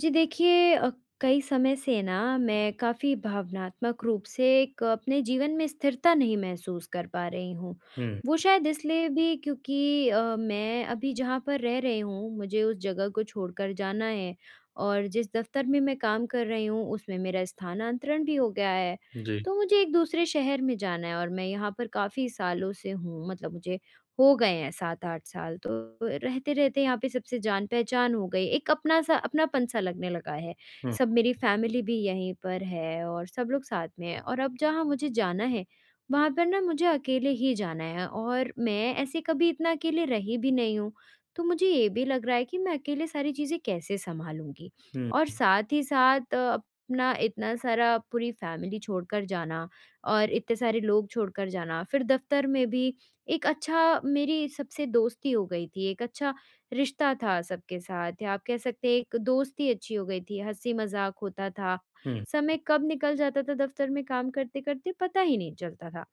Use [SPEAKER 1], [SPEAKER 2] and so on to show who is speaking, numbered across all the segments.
[SPEAKER 1] जी देखिए कई समय से ना मैं काफ़ी भावनात्मक रूप से एक अपने जीवन में स्थिरता नहीं महसूस कर पा रही हूँ।
[SPEAKER 2] हुँ,
[SPEAKER 1] वो शायद इसलिए भी क्योंकि मैं अभी जहाँ पर रह रही हूँ मुझे उस जगह को छोड़कर जाना है और जिस दफ़्तर में मैं काम कर रही हूँ उसमें मेरा स्थानांतरण भी हो गया है।
[SPEAKER 2] जी।
[SPEAKER 1] तो मुझे एक दूसरे शहर में जाना है और मैं यहाँ पर काफ़ी सालों से हूँ मतलब मुझे हो गए हैं 7-8 साल, तो रहते-रहते यहाँ पे सबसे जान-पहचान हो गई, एक अपना-सा अपनापन-सा लगने लगा है।
[SPEAKER 2] हुँ,
[SPEAKER 1] सब मेरी फैमिली भी यहीं पर है और सब लोग साथ में हैं और अब जहाँ मुझे जाना है, वहाँ पर ना मुझे अकेले ही जाना है और मैं ऐसे कभी इतना अकेले रही भी नहीं हूँ, तो मुझे ये भी लग रहा है कि मैं अकेले सारी चीज़ें कैसे सँभालूँगी?
[SPEAKER 2] हुँ,
[SPEAKER 1] और साथ ही साथ अपना इतना सारा पूरी फैमिली छोड़कर जाना और इतने सारे लोग छोड़कर जाना, फिर दफ़्तर में भी एक अच्छा मेरी सबसे दोस्ती हो गई थी, एक अच्छा रिश्ता था सबके साथ या आप कह सकते हैं एक दोस्ती अच्छी हो गई थी, हँसी-मज़ाक होता था।
[SPEAKER 2] हुँ,
[SPEAKER 1] समय कब निकल जाता था दफ़्तर में काम करते-करते पता ही नहीं चलता था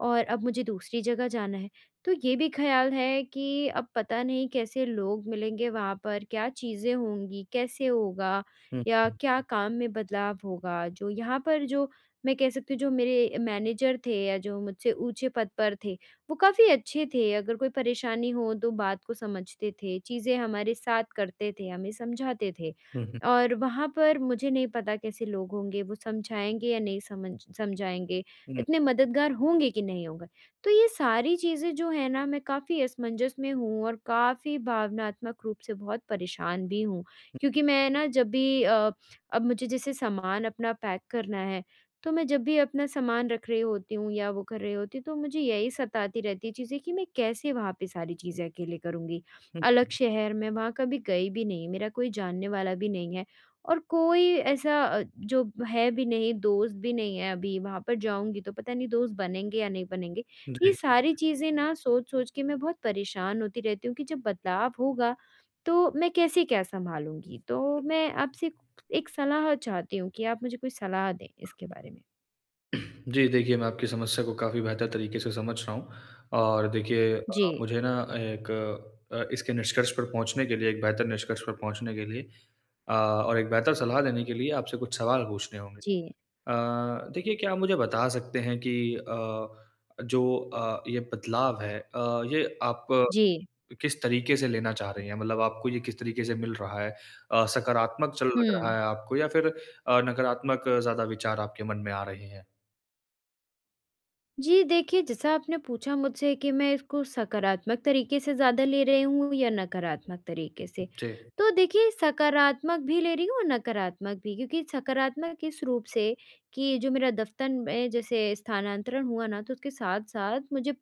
[SPEAKER 1] और अब मुझे दूसरी जगह जाना है। तो ये भी ख़्याल है कि अब पता नहीं कैसे लोग मिलेंगे वहाँ पर, क्या चीज़ें होंगी, कैसे होगा
[SPEAKER 2] हुँ,
[SPEAKER 1] या क्या काम में बदलाव होगा? जो यहाँ पर जो मैं कह सकती हूँ जो मेरे मैनेजर थे या जो मुझसे ऊँचे पद पर थे, वो काफ़ी अच्छे थे, अगर कोई परेशानी हो तो बात को समझते थे, चीज़ें हमारे साथ करते थे, हमें समझाते थे।
[SPEAKER 2] हुँ, हुँ,
[SPEAKER 1] और वहाँ पर मुझे नहीं पता कैसे लोग होंगे, वो समझाएँगे या नहीं समझाएँगे,
[SPEAKER 2] हुँ,
[SPEAKER 1] इतने मददगार होंगे कि नहीं होंगे। तो ये सारी चीज़ें जो है ना मैं काफ़ी असमंजस में हूँ और काफ़ी भावनात्मक रूप से बहुत परेशान भी हूँ। क्योंकि मैं ना अब मुझे जैसे सामान अपना पैक करना है तो मैं जब भी अपना सामान रख रही होती हूँ या वो कर रही होती हूँ, तो मुझे यही सताती रहती है चीज़ें कि मैं कैसे वहाँ पे सारी चीज़ें अकेले करूँगी। अलग शहर में वहाँ कभी गई भी नहीं, मेरा कोई जानने वाला भी नहीं है और कोई ऐसा जो है भी नहीं, दोस्त भी नहीं है अभी, वहाँ पर जाऊँगी तो पता नहीं दोस्त बनेंगे या नहीं बनेंगे। ये
[SPEAKER 2] जी।
[SPEAKER 1] सारी चीज़ें ना सोच-सोच के मैं बहुत परेशान होती रहती हूँ कि जब बदलाव होगा, तो मैं कैसे क्या सँभालूँगी? तो मैं आपसे एक सलाह चाहती हूँ कि आप मुझे कोई सलाह दें इसके बारे में।
[SPEAKER 2] जी, देखिए मैं आपकी समस्या को काफ़ी बेहतर तरीके से समझ रहा हूँ और देखिए
[SPEAKER 1] जी,
[SPEAKER 2] मुझे ना एक इसके निष्कर्ष पर पहुँचने के लिए एक बेहतर निष्कर्ष पर पहुँचने के लिए और एक बेहतर सलाह देने के लिए आपसे कुछ सवाल पूछने होंगे।
[SPEAKER 1] जी,
[SPEAKER 2] अ, देखिए क्या आप मुझे बता सकते हैं कि अ, जो ये बदलाव है ये आप
[SPEAKER 1] जी।
[SPEAKER 2] किस तरीके से लेना चाह रही हैं? मतलब आपको ये किस तरीके से मिल रहा है? सकारात्मक चल लग रहा
[SPEAKER 1] हुँ।
[SPEAKER 2] है आपको या फिर नकारात्मक ज़्यादा विचार आपके मन में आ रहे हैं?
[SPEAKER 1] जी, देखिए जैसा आपने पूछा मुझसे कि मैं इसको सकारात्मक तरीके से ज़्यादा ले रही हूँ या नकारात्मक तरीके से,
[SPEAKER 2] जी।
[SPEAKER 1] तो देखिए सकारात्मक भी ले रही हूँ और नकारात्मक भी क्योंकि सकारात्मक इस रूप से कि जो मेरा दफ़्तर में जैसे स्थानांतरण हुआ ना, तो उसके साथ-साथ मुझे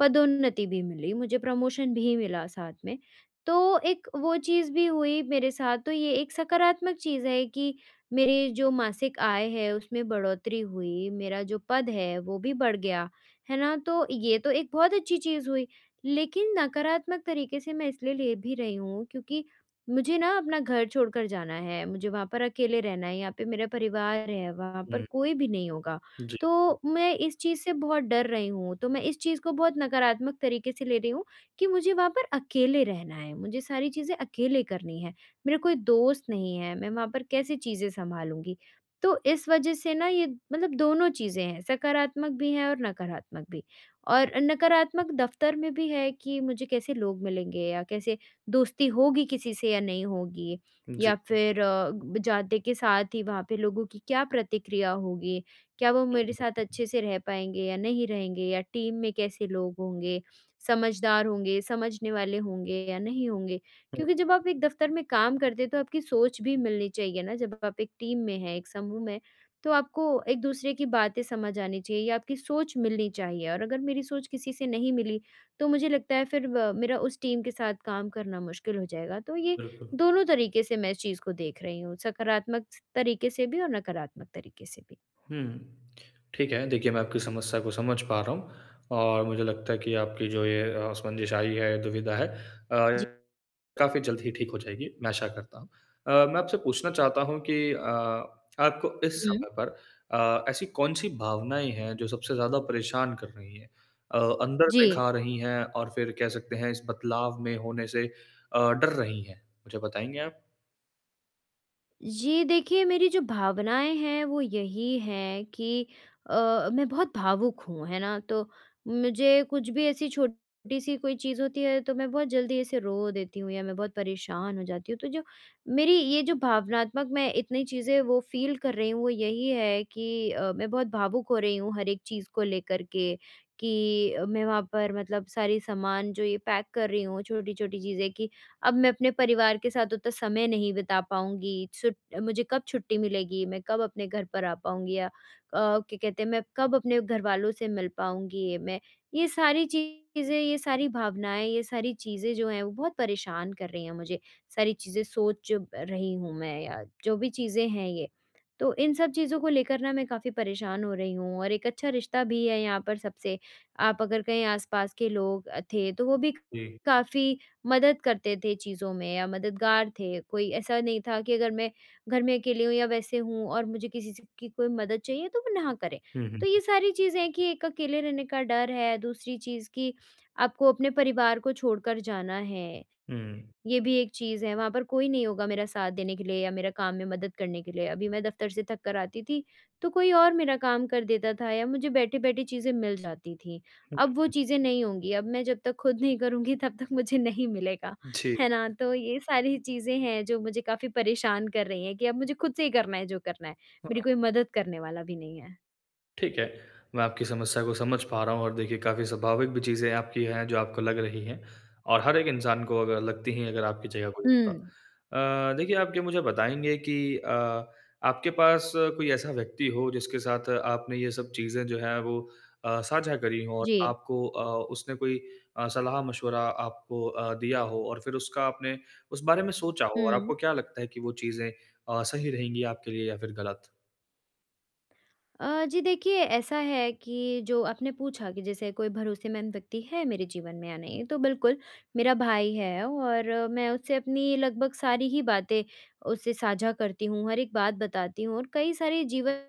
[SPEAKER 1] पदोन्नति भी मिली, मुझे प्रमोशन भी मिला साथ में। तो एक वो चीज़ भी हुई मेरे साथ, तो ये एक सकारात्मक चीज़ है कि मेरी जो मासिक आय है, उसमें बढ़ोतरी हुई, मेरा जो पद है, वो भी बढ़ गया, है ना? तो ये तो एक बहुत अच्छी चीज़ हुई। लेकिन नकारात्मक तरीके से मैं इसलिए ले भी रही हूँ क्योंकि मुझे ना अपना घर छोड़कर जाना है, मुझे वहाँ पर अकेले रहना है, यहाँ पे मेरा परिवार है, वहाँ पर
[SPEAKER 2] हुँ,
[SPEAKER 1] कोई भी नहीं होगा।
[SPEAKER 2] जी,
[SPEAKER 1] तो मैं इस चीज़ से बहुत डर रही हूँ, तो मैं इस चीज़ को बहुत नकारात्मक तरीके से ले रही हूँ कि मुझे वहाँ पर अकेले रहना है, मुझे सारी चीज़ें अकेले करनी है। मेरा कोई दोस्त नहीं है, मैं वहाँ पर कैसे चीज़ें सँभालूँगी? तो इस वजह से ना ये मतलब दोनों चीज़ें हैं, सकारात्मक भी हैं और नकारात्मक भी। और नकारात्मक दफ़्तर में भी है कि मुझे कैसे लोग मिलेंगे या कैसे दोस्ती होगी किसी से या नहीं होगी?
[SPEAKER 2] जी।
[SPEAKER 1] या फिर ब जाते के साथ ही वहाँ पे लोगों की क्या प्रतिक्रिया होगी? क्या वो
[SPEAKER 2] हुँ,
[SPEAKER 1] मेरे साथ
[SPEAKER 2] हुँ,
[SPEAKER 1] अच्छे से रह पाएँगे या नहीं रहेंगे या टीम में कैसे लोग होंगे, समझदार होंगे, समझने वाले होंगे या नहीं होंगे?
[SPEAKER 2] हुँ,
[SPEAKER 1] क्योंकि जब आप एक दफ़्तर में काम करते हैं, तो आपकी सोच भी मिलनी चाहिए ना, जब आप एक टीम में हैं, एक समूह में, तो आपको एक दूसरे की बातें समझ आनी चाहिए या आपकी सोच मिलनी चाहिए और अगर मेरी सोच किसी से नहीं मिली, तो मुझे लगता है फिर व मेरा उस टीम के साथ काम करना मुश्किल हो जाएगा। तो ये
[SPEAKER 2] बिल्कुल।
[SPEAKER 1] दोनों तरीके से मैं इस चीज़ को देख रही हूँ, सकारात्मक तरीके से भी और नकारात्मक तरीके से भी।
[SPEAKER 2] हुँ। ठीक है, देखिए मैं आपकी समस्या को समझ पा रहा हूँ और मुझे लगता है कि आपकी जो ये असमंजस आई है, दुविधा है काफ़ी जल्द ही ठीक हो जाएगी, मैं आशा करता हूँ। मैं आपसे पूछना चाहता हूँ कि आपको इस समय
[SPEAKER 1] हुँ।
[SPEAKER 2] पर ऐसी कौन-सी भावनाएँ हैं जो सबसे ज़्यादा परेशान कर रही हैं? अंदर से
[SPEAKER 1] जी।
[SPEAKER 2] खा रही हैं और फिर कह सकते हैं इस बदलाव में होने से डर रही हैं? मुझे बताएँगे आप?
[SPEAKER 1] जी, देखिए मेरी जो भावनाएँ हैं वो यही हैं कि मैं बहुत भावुक हूँ, है ना? तो मुझे कुछ भी ऐसी छोटी-सी कोई चीज़ होती है तो मैं बहुत जल्दी ऐसे रो देती हूँ या मैं बहुत परेशान हो जाती हूँ। तो जो मेरी ये जो भावनात्मक मैं इतनी चीज़ें वो फ़ील कर रही हूँ वो यही है कि मैं बहुत भावुक हो रही हूँ हर एक चीज़ को लेकर के कि मैं वहाँ पर मतलब सारी सामान जो ये पैक कर रही हूँ छोटी-छोटी चीज़ें कि अब मैं अपने परिवार के साथ उतना समय नहीं बिता पाऊँगी, छुट मुझे कब छुट्टी मिलेगी, मैं कब अपने घर पर आ पाऊँगी या क्या कहते हैं मैं कब अपने घरवालों से मिल पाऊँगी, मैं ये सारी चीज़ें, ये सारी भावनाएँ, ये सारी चीज़ें जो हैं वो बहुत परेशान कर रही हैं मुझे, सारी चीज़ें सोच जो रही हूँ मैं या जो भी चीज़ें हैं ये। तो इन सब चीज़ों को लेकर ना मैं काफ़ी परेशान हो रही हूँ और एक अच्छा रिश्ता भी है यहाँ पर सबसे, आप अगर कहीं आस-पास के लोग थे तो वो भी
[SPEAKER 2] जी।
[SPEAKER 1] काफ़ी मदद करते थे चीज़ों में या मददगार थे। कोई ऐसा नहीं था कि अगर मैं घर में अकेली हूँ या वैसे हूँ और मुझे किसी से की कोई मदद चाहिए तो वो ना करें।
[SPEAKER 2] हुँ, हुँ।
[SPEAKER 1] तो ये सारी चीज़ें हैं कि एक अकेले रहने का डर है, दूसरी चीज़ कि आपको अपने परिवार को छोड़कर जाना है।
[SPEAKER 2] हुँ।
[SPEAKER 1] ये भी एक चीज़ है, वहाँ पर कोई नहीं होगा मेरा साथ देने के लिए या मेरा काम में मदद करने के लिए। अभी मैं दफ़्तर से थक कर आती थी, तो कोई और मेरा काम कर देता था या मुझे बैठे-बैठे चीज़ें मिल जाती थीं।
[SPEAKER 2] हुँ,
[SPEAKER 1] अब वो चीज़ें नहीं होंगी, अब मैं जब तक खुद नहीं करूँगी तब तक मुझे नहीं मिलेगा,
[SPEAKER 2] जी।
[SPEAKER 1] है ना? तो ये सारी चीज़ें हैं जो मुझे काफ़ी परेशान कर रही हैं कि अब मुझे खुद से ही करना है जो करना है, मेरी कोई मदद करने वाला भी नहीं है।
[SPEAKER 2] ठीक है, मैं आपकी समस्या को समझ पा रहा हूँ और देखिए काफ़ी स्वाभाविक भी चीज़ें आपकी हैं जो आपको लग रही हैं और हर एक इंसान को अगर लगती हैं अगर आपकी जगह कोई होता।
[SPEAKER 1] हुँ।
[SPEAKER 2] देखिए आप क्या मुझे बताएँगे कि आपके पास कोई ऐसा व्यक्ति हो जिसके साथ आपने ये सब चीज़ें जो हैं वो साझा करी हों और
[SPEAKER 1] जी।
[SPEAKER 2] आपको उसने कोई सलाह-मशवरा आपको दिया हो और फिर उसका आपने उस बारे में सोचा हो और आपको
[SPEAKER 1] हुँ।
[SPEAKER 2] क्या लगता है कि वो चीज़ें सही रहेंगी आपके लिए या फिर गलत?
[SPEAKER 1] जी देखिए ऐसा है कि जो आपने पूछा कि जैसे कोई भरोसेमंद व्यक्ति है मेरे जीवन में या नहीं तो बिल्कुल मेरा भाई है और मैं उससे अपनी लगभग सारी ही बातें उससे साझा करती हूँ हर एक बात बताती हूँ और कई सारे जीवन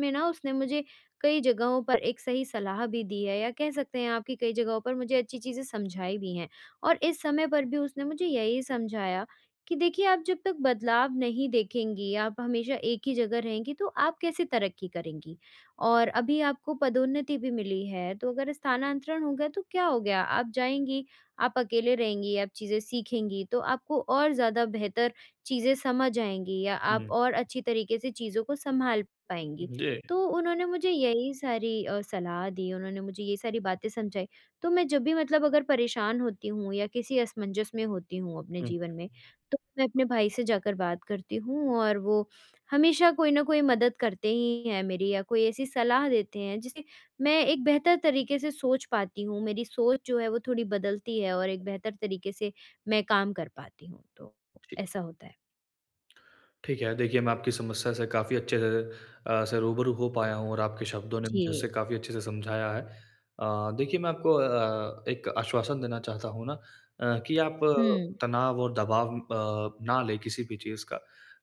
[SPEAKER 1] में ना उसने मुझे कई जगहों पर एक सही सलाह भी दी है या कह सकते हैं आपकी कई जगहों पर मुझे अच्छी चीज़ें समझाई भी हैं और इस समय पर भी उसने मुझे यही समझाया कि देखिए आप जब तक बदलाव नहीं देखेंगी, आप हमेशा एक ही जगह रहेंगी तो आप कैसे तरक्की करेंगी? और अभी आपको पदोन्नति भी मिली है, तो अगर स्थानांतरण हो गया तो क्या हो गया? आप जाएँगी, आप अकेले रहेंगी, आप चीज़ें सीखेंगी तो आपको और ज़्यादा बेहतर चीज़ें समझ आएँगी या आप
[SPEAKER 2] हुँ,
[SPEAKER 1] और अच्छी तरीके से चीज़ों को सँभाल पाएँगी।
[SPEAKER 2] जी,
[SPEAKER 1] तो उन्होंने मुझे यही सारी सलाह दी, उन्होंने मुझे ये सारी बातें समझाई। तो मैं जब भी मतलब अगर परेशान होती हूँ या किसी असमंजस में होती हूँ अपने
[SPEAKER 2] हुँ,
[SPEAKER 1] जीवन में, तो मैं अपने भाई से जाकर बात करती हूँ और वो हमेशा कोई ना कोई मदद करते ही हैं मेरी या कोई ऐसी सलाह देते हैं जिससे मैं एक बेहतर तरीके से सोच पाती हूँ। मेरी सोच जो है वो थोड़ी बदलती है और एक बेहतर तरीके से मैं काम कर पाती हूँ, तो
[SPEAKER 2] ठीक।
[SPEAKER 1] ऐसा होता है।
[SPEAKER 2] ठीक है, देखिए मैं आपकी समस्या से काफ़ी अच्छे से रूबरू हो पाया हूँ और आपके शब्दों ने मुझे
[SPEAKER 1] जी।
[SPEAKER 2] इसे काफ़ी अच्छे से समझाया है। देखिए मैं आपको एक आश्वासन देना चाहता हूँ ना कि आप
[SPEAKER 1] हुँ।
[SPEAKER 2] तनाव और दबाव ना लें किसी भी चीज़ का।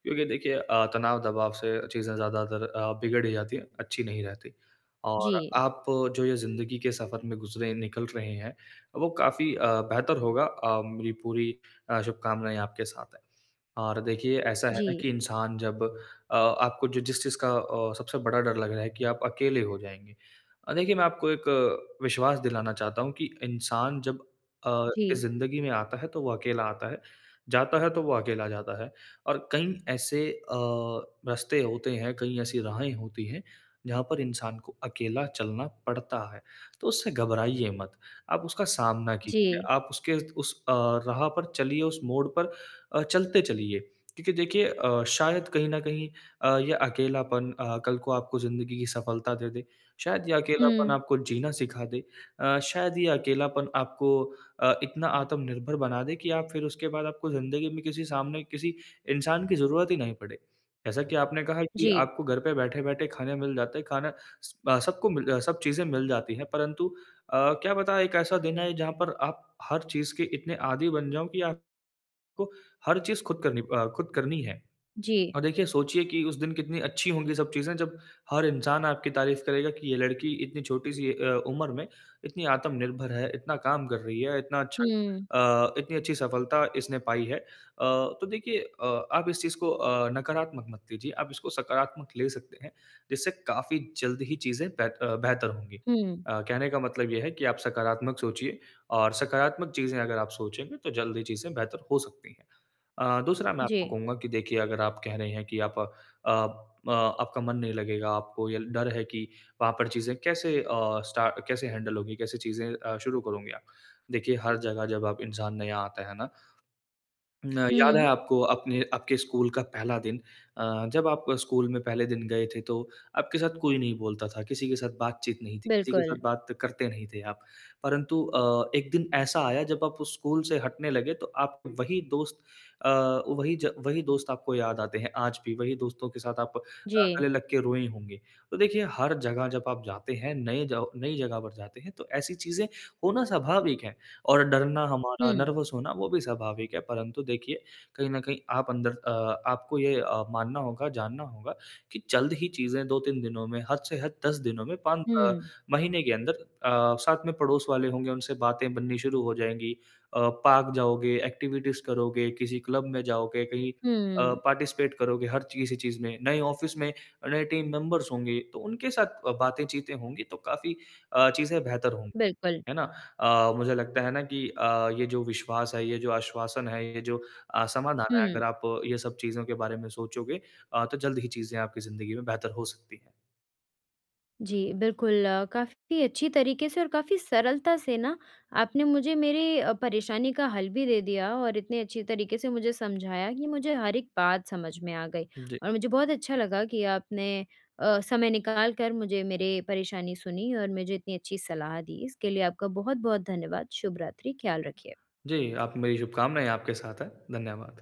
[SPEAKER 2] क्योंकि देखिए तनाव दबाव से चीज़ें ज़्यादातर बिगड़ ही जाती हैं, अच्छी नहीं रहती। और
[SPEAKER 1] जी,
[SPEAKER 2] आप जो ये ज़िंदगी के सफ़र में गुज़रे निकल रहे हैं, वो काफ़ी बेहतर होगा। मेरी पूरी शुभकामनाएँ आपके साथ हैं। और देखिए ऐसा है ना
[SPEAKER 1] जी,
[SPEAKER 2] कि इंसान जब आपको जो जिस चीज़ का सबसे बड़ा डर लग रहा है कि आप अकेले हो जाएँगे। देखिए मैं आपको एक विश्वास दिलाना चाहता हूँ कि इंसान जब इस
[SPEAKER 1] जी,
[SPEAKER 2] ज़िंदगी में आता है तो वो अकेला आता है, जाता है तो वो अकेला जाता है। और कई ऐसे रास्ते होते हैं, कई ऐसी राहें होती हैं जहाँ पर इंसान को अकेला चलना पड़ता है। तो उससे घबराइए मत, आप उसका सामना
[SPEAKER 1] जी।
[SPEAKER 2] कीजिए, आप उसके उस राह पर चलिए, उस मोड़ पर चलते चलिए क्योंकि देखिए शायद कहीं न कहीं ये अकेलापन कल को आपको ज़िंदगी की सफलता दे दे, शायद ये अकेलापन
[SPEAKER 1] हुँ।
[SPEAKER 2] आपको जीना सिखा दे शायद ये अकेलापन आपको इतना आत्मनिर्भर बना दे कि आप फिर उसके बाद आपको ज़िंदगी में किसी सामने किसी इंसान की ज़रूरत ही नहीं पड़े। जैसा कि आपने कहा कि
[SPEAKER 1] जी,
[SPEAKER 2] आपको घर पे बैठे-बैठे खाने मिल जाते हैं, खाना स अ, सबको मिल अ, सब चीज़ें मिल जाती हैं परंतु अ, क्या पता एक ऐसा दिन आए जहाँ पर आप हर चीज़ के इतने आदी बन जाओ कि आप को हर चीज़ खुद करनी है।
[SPEAKER 1] जी।
[SPEAKER 2] और देखिए सोचिए कि उस दिन कितनी अच्छी होंगी सब चीज़ें जब हर इंसान आपकी तारीफ़ करेगा कि ये लड़की इतनी छोटी-सी उम्र में इतनी आत्मनिर्भर है, इतना काम कर रही है, इतना अच्छा
[SPEAKER 1] हुँ,
[SPEAKER 2] इतनी अच्छी सफलता इसने पाई है। तो देखिए आप इस चीज़ को नकारात्मक मत लीजिए, आप इसको सकारात्मक ले सकते हैं, जिससे काफ़ी जल्द ही चीज़ें बेहतर होंगी।
[SPEAKER 1] हुँ।
[SPEAKER 2] कहने का मतलब ये है कि आप सकारात्मक सोचिए और सकारात्मक चीज़ें अगर आप सोचेंगे तो जल्द ही चीज़ें बेहतर हो सकती हैं। दूसरा मैं
[SPEAKER 1] जी।
[SPEAKER 2] आपको कहूँगा कि देखिए अगर आप कह रहे हैं कि अ, आपका मन नहीं लगेगा, आपको ये डर है कि वहाँ पर चीज़ें कैसे अ, स्टा कैसे हैंडल होंगी, कैसे चीज़ें शुरू करोगे आप। देखिए हर जगह जब आप इंसान नया आता है ना न याद है
[SPEAKER 1] हुँ,
[SPEAKER 2] आपको अपने आपके स्कूल का पहला दिन जब आप स्कूल में पहले दिन गए थे तो आपके साथ कोई नहीं बोलता था, किसी के साथ बातचीत नहीं थी, किसी के साथ
[SPEAKER 1] बिल्कुल।
[SPEAKER 2] बात करते नहीं थे आप। परंतु एक दिन ऐसा आया जब आप उस स्कूल से हटने लगे तो आप वही दोस्त अ, वही ज वही दोस्त आपको याद आते हैं आज भी, वही दोस्तों के साथ आप
[SPEAKER 1] जी।
[SPEAKER 2] गले लग के रोए होंगे। तो देखिए हर जगह जब आप जाते हैं, नए ज नई जगह पर जाते हैं तो ऐसी चीज़ें होना स्वाभाविक है। और डरना हमारा,
[SPEAKER 1] हुँ,
[SPEAKER 2] नर्वस होना वो भी स्वाभाविक है, परंतु देखिए कहीं न कहीं आप अंदर आपको ये मानना होगा, जानना होगा कि जल्द ही चीज़ें 2-3 दिनों में, हद से हद 10 दिनों में,
[SPEAKER 1] हुँ,
[SPEAKER 2] महीने के अंदर साथ में पड़ोस वाले होंगे उनसे बातें बननी शुरू हो जाएँगी। पार्क जाओगे, एक्टिविटीज़ करोगे, किसी क्लब में जाओगे, कहीं
[SPEAKER 1] हुँ।
[SPEAKER 2] पार्टिसिपेट करोगे हर ची किसी चीज़ में, नए ऑफ़िस में नए टीम मेंबर्स होंगे, तो उनके साथ बातें-चीतें होंगी तो काफ़ी चीज़ें बेहतर होंगी।
[SPEAKER 1] बिल्कुल।
[SPEAKER 2] है ना? मुझे लगता है ना कि ये जो विश्वास है, ये जो आश्वासन है, ये जो समाधान है,
[SPEAKER 1] हुँ।
[SPEAKER 2] अगर आप ये सब चीज़ों के बारे में सोचोगे तो जल्द ही चीज़ें आपकी ज़िंदगी में बेहतर हो सकती हैं।
[SPEAKER 1] जी, बिल्कुल काफ़ी अच्छी तरीके से और काफ़ी सरलता से ना आपने मुझे मेरी परेशानी का हल भी दे दिया और इतने अच्छी तरीके से मुझे समझाया कि मुझे हर एक बात समझ में आ गई
[SPEAKER 2] जी।
[SPEAKER 1] और मुझे बहुत अच्छा लगा कि आपने समय निकाल कर मुझे मेरी परेशानी सुनी और मुझे इतनी अच्छी सलाह दी। इसके लिए आपका बहुत-बहुत धन्यवाद। शुभ रात्रि, ख्याल रखिए।
[SPEAKER 2] जी, आप मेरी शुभकामनाएँ आपके साथ है। धन्यवाद।